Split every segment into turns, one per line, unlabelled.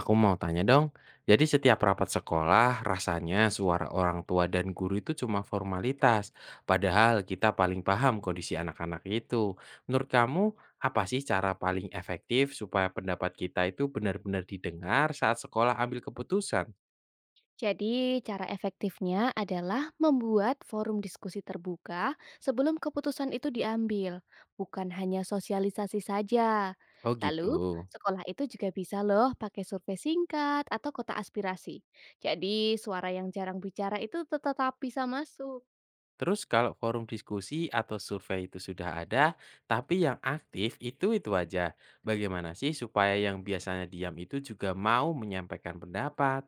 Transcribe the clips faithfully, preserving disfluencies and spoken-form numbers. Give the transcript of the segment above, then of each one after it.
Aku mau tanya dong, jadi setiap rapat sekolah rasanya suara orang tua dan guru itu cuma formalitas, padahal kita paling paham kondisi anak-anak itu. Menurut kamu, apa sih cara paling efektif supaya pendapat kita itu benar-benar didengar saat sekolah ambil keputusan?
Jadi, cara efektifnya adalah membuat forum diskusi terbuka sebelum keputusan itu diambil, bukan hanya sosialisasi saja.
Oh
Lalu,
gitu.
sekolah itu juga bisa loh pakai survei singkat atau kotak aspirasi. Jadi, suara yang jarang bicara itu tetap bisa masuk.
Terus kalau forum diskusi atau survei itu sudah ada, tapi yang aktif itu-itu aja. Bagaimana sih supaya yang biasanya diam itu juga mau menyampaikan pendapat?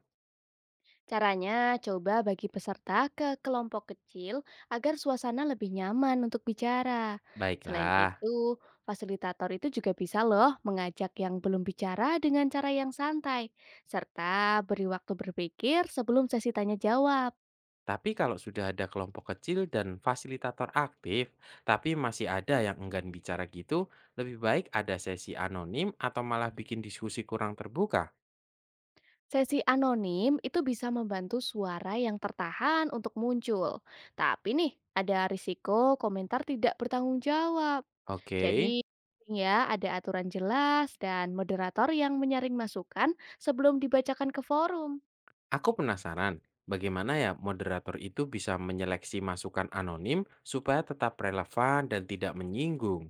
Caranya, coba bagi peserta ke kelompok kecil agar suasana lebih nyaman untuk bicara. Selain
Baiklah.
itu, fasilitator itu juga bisa loh mengajak yang belum bicara dengan cara yang santai, serta beri waktu berpikir sebelum sesi tanya jawab.
Tapi kalau sudah ada kelompok kecil dan fasilitator aktif, tapi masih ada yang enggan bicara gitu, lebih baik ada sesi anonim atau malah bikin diskusi kurang terbuka.
Sesi anonim itu bisa membantu suara yang tertahan untuk muncul. Tapi nih, ada risiko komentar tidak bertanggung jawab.
Oke,
Jadi, penting ya, ada aturan jelas dan moderator yang menyaring masukan sebelum dibacakan ke forum.
aku penasaran bagaimana ya moderator itu bisa menyeleksi masukan anonim supaya tetap relevan dan tidak menyinggung.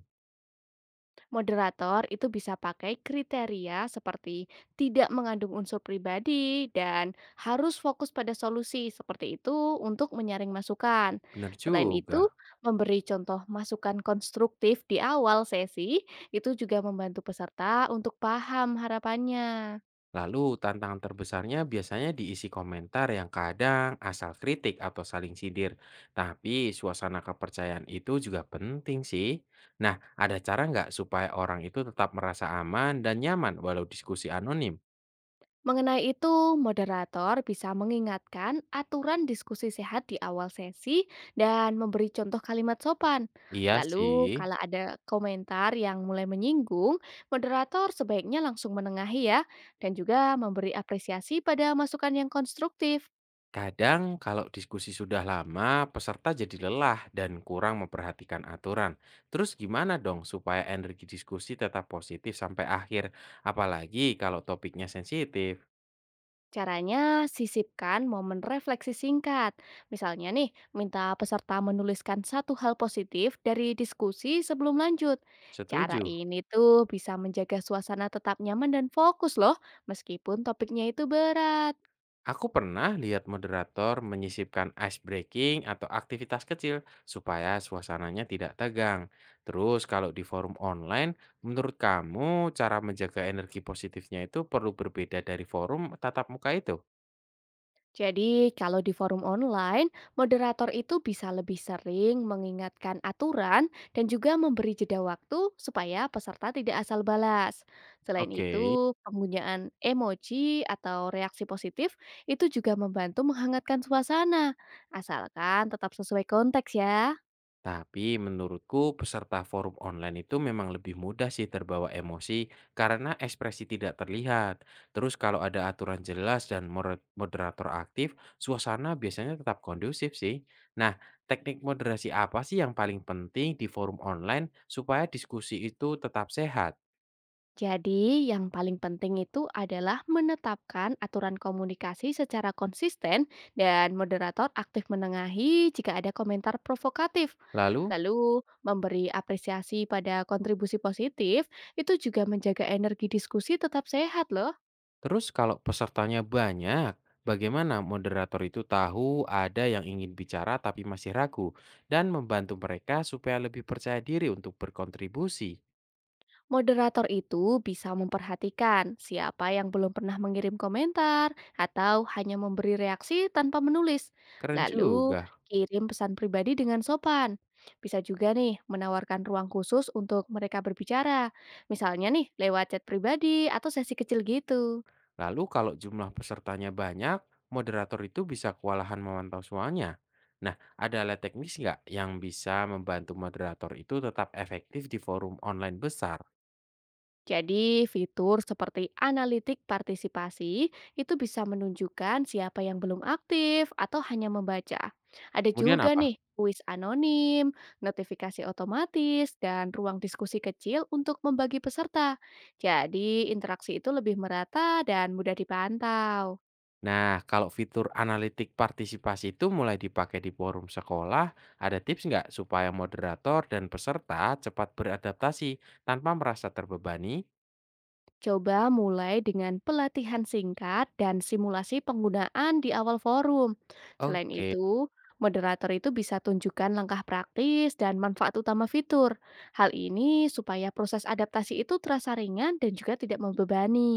Moderator itu bisa pakai kriteria seperti tidak mengandung unsur pribadi dan harus fokus pada solusi seperti itu untuk menyaring masukan.
Bener
Selain itu,
juga.
memberi contoh masukan konstruktif di awal sesi itu juga membantu peserta untuk paham harapannya.
Lalu tantangan terbesarnya biasanya diisi komentar yang kadang asal kritik atau saling sindir. Tapi suasana kepercayaan itu juga penting sih. Nah, ada cara nggak supaya orang itu tetap merasa aman dan nyaman walau diskusi anonim?
Mengenai itu, moderator bisa mengingatkan aturan diskusi sehat di awal sesi dan memberi contoh kalimat sopan.
Iya
Lalu,
sih.
kalau ada komentar yang mulai menyinggung, moderator sebaiknya langsung menengahi ya, dan juga memberi apresiasi pada masukan yang konstruktif.
Kadang kalau diskusi sudah lama, peserta jadi lelah dan kurang memperhatikan aturan. Terus gimana dong supaya energi diskusi tetap positif sampai akhir, apalagi kalau topiknya sensitif?
Caranya, sisipkan momen refleksi singkat. Misalnya nih, minta peserta menuliskan satu hal positif dari diskusi sebelum lanjut. Cara
Setuju.
ini tuh bisa menjaga suasana tetap nyaman dan fokus loh, meskipun topiknya itu berat.
Aku pernah lihat moderator menyisipkan ice breaking atau aktivitas kecil supaya suasananya tidak tegang. Terus kalau di forum online, menurut kamu cara menjaga energi positifnya itu perlu berbeda dari forum tatap muka itu?
Jadi, kalau di forum online, moderator itu bisa lebih sering mengingatkan aturan dan juga memberi jeda waktu supaya peserta tidak asal balas. Selain
Oke.
itu, penggunaan emoji atau reaksi positif itu juga membantu menghangatkan suasana, asalkan tetap sesuai konteks ya.
Tapi menurutku peserta forum online itu memang lebih mudah sih terbawa emosi karena ekspresi tidak terlihat. Terus kalau ada aturan jelas dan more- moderator aktif, suasana biasanya tetap kondusif sih. Nah, teknik moderasi apa sih yang paling penting di forum online supaya diskusi itu tetap sehat?
Jadi, yang paling penting itu adalah menetapkan aturan komunikasi secara konsisten dan moderator aktif menengahi jika ada komentar provokatif.
Lalu.
Lalu, memberi apresiasi pada kontribusi positif itu juga menjaga energi diskusi tetap sehat loh.
Terus kalau pesertanya banyak, bagaimana moderator itu tahu ada yang ingin bicara tapi masih ragu dan membantu mereka supaya lebih percaya diri untuk berkontribusi?
Moderator itu bisa memperhatikan siapa yang belum pernah mengirim komentar atau hanya memberi reaksi tanpa menulis.
Keren
Lalu,
juga.
kirim pesan pribadi dengan sopan. Bisa juga nih menawarkan ruang khusus untuk mereka berbicara. Misalnya nih lewat chat pribadi atau sesi kecil gitu.
Lalu kalau jumlah pesertanya banyak, moderator itu bisa kewalahan memantau semuanya. Nah, ada alat teknis nggak yang bisa membantu moderator itu tetap efektif di forum online besar?
Jadi, fitur seperti analitik partisipasi itu bisa menunjukkan siapa yang belum aktif atau hanya membaca. Ada
Kemudian
juga
apa?
nih kuis anonim, notifikasi otomatis, dan ruang diskusi kecil untuk membagi peserta. Jadi, interaksi itu lebih merata dan mudah dipantau.
Nah, kalau fitur analitik partisipasi itu mulai dipakai di forum sekolah, ada tips nggak supaya moderator dan peserta cepat beradaptasi tanpa merasa terbebani?
Coba mulai dengan pelatihan singkat dan simulasi penggunaan di awal forum. Selain
Oke,
itu, moderator itu bisa tunjukkan langkah praktis dan manfaat utama fitur. Hal ini supaya proses adaptasi itu terasa ringan dan juga tidak membebani.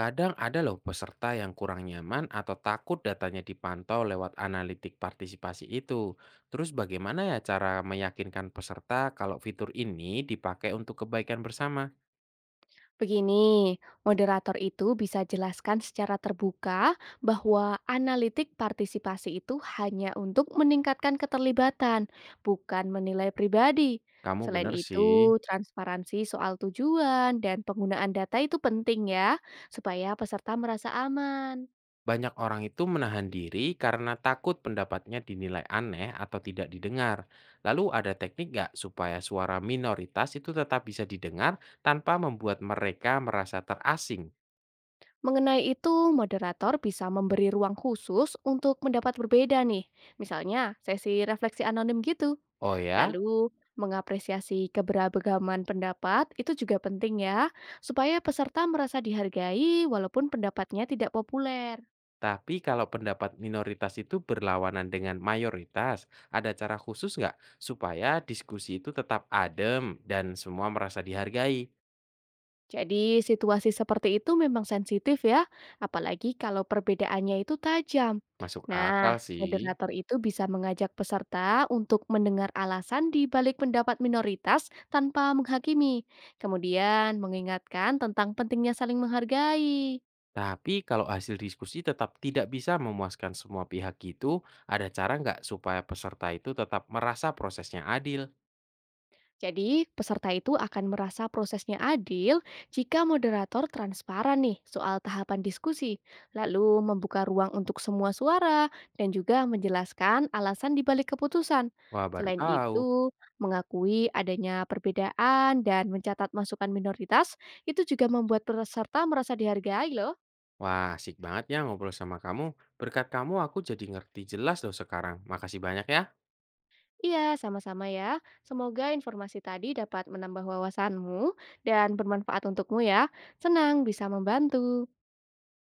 kadang ada loh peserta yang kurang nyaman atau takut datanya dipantau lewat analitik partisipasi itu. Terus bagaimana ya cara meyakinkan peserta kalau fitur ini dipakai untuk kebaikan bersama?
Begini, moderator itu bisa jelaskan secara terbuka bahwa analitik partisipasi itu hanya untuk meningkatkan keterlibatan, bukan menilai pribadi.
Kamu
Selain
bener sih.
itu, transparansi soal tujuan dan penggunaan data itu penting ya, supaya peserta merasa aman.
Banyak orang itu menahan diri karena takut pendapatnya dinilai aneh atau tidak didengar. Lalu ada teknik nggak supaya suara minoritas itu tetap bisa didengar tanpa membuat mereka merasa terasing?
Mengenai itu, moderator bisa memberi ruang khusus untuk pendapat berbeda nih. Misalnya, sesi refleksi anonim gitu.
Oh ya,
Lalu, mengapresiasi keberagaman pendapat itu juga penting ya, supaya peserta merasa dihargai walaupun pendapatnya tidak populer.
tapi kalau pendapat minoritas itu berlawanan dengan mayoritas, ada cara khusus nggak supaya diskusi itu tetap adem dan semua merasa dihargai?
Jadi, situasi seperti itu memang sensitif ya, apalagi kalau perbedaannya itu tajam.
Masuk
Nah,
akal sih.
moderator itu bisa mengajak peserta untuk mendengar alasan di balik pendapat minoritas tanpa menghakimi, kemudian mengingatkan tentang pentingnya saling menghargai.
Tapi kalau hasil diskusi tetap tidak bisa memuaskan semua pihak gitu, ada cara nggak supaya peserta itu tetap merasa prosesnya adil?
Jadi, peserta itu akan merasa prosesnya adil jika moderator transparan nih soal tahapan diskusi, lalu membuka ruang untuk semua suara dan juga menjelaskan alasan dibalik keputusan.
Wah, baru
Selain
tahu.
itu, mengakui adanya perbedaan dan mencatat masukan minoritas itu juga membuat peserta merasa dihargai loh.
Wah, asik banget ya ngobrol sama kamu. Berkat kamu aku jadi ngerti jelas loh sekarang. Makasih banyak ya.
Iya, sama-sama ya. Semoga informasi tadi dapat menambah wawasanmu dan bermanfaat untukmu ya. Senang bisa membantu.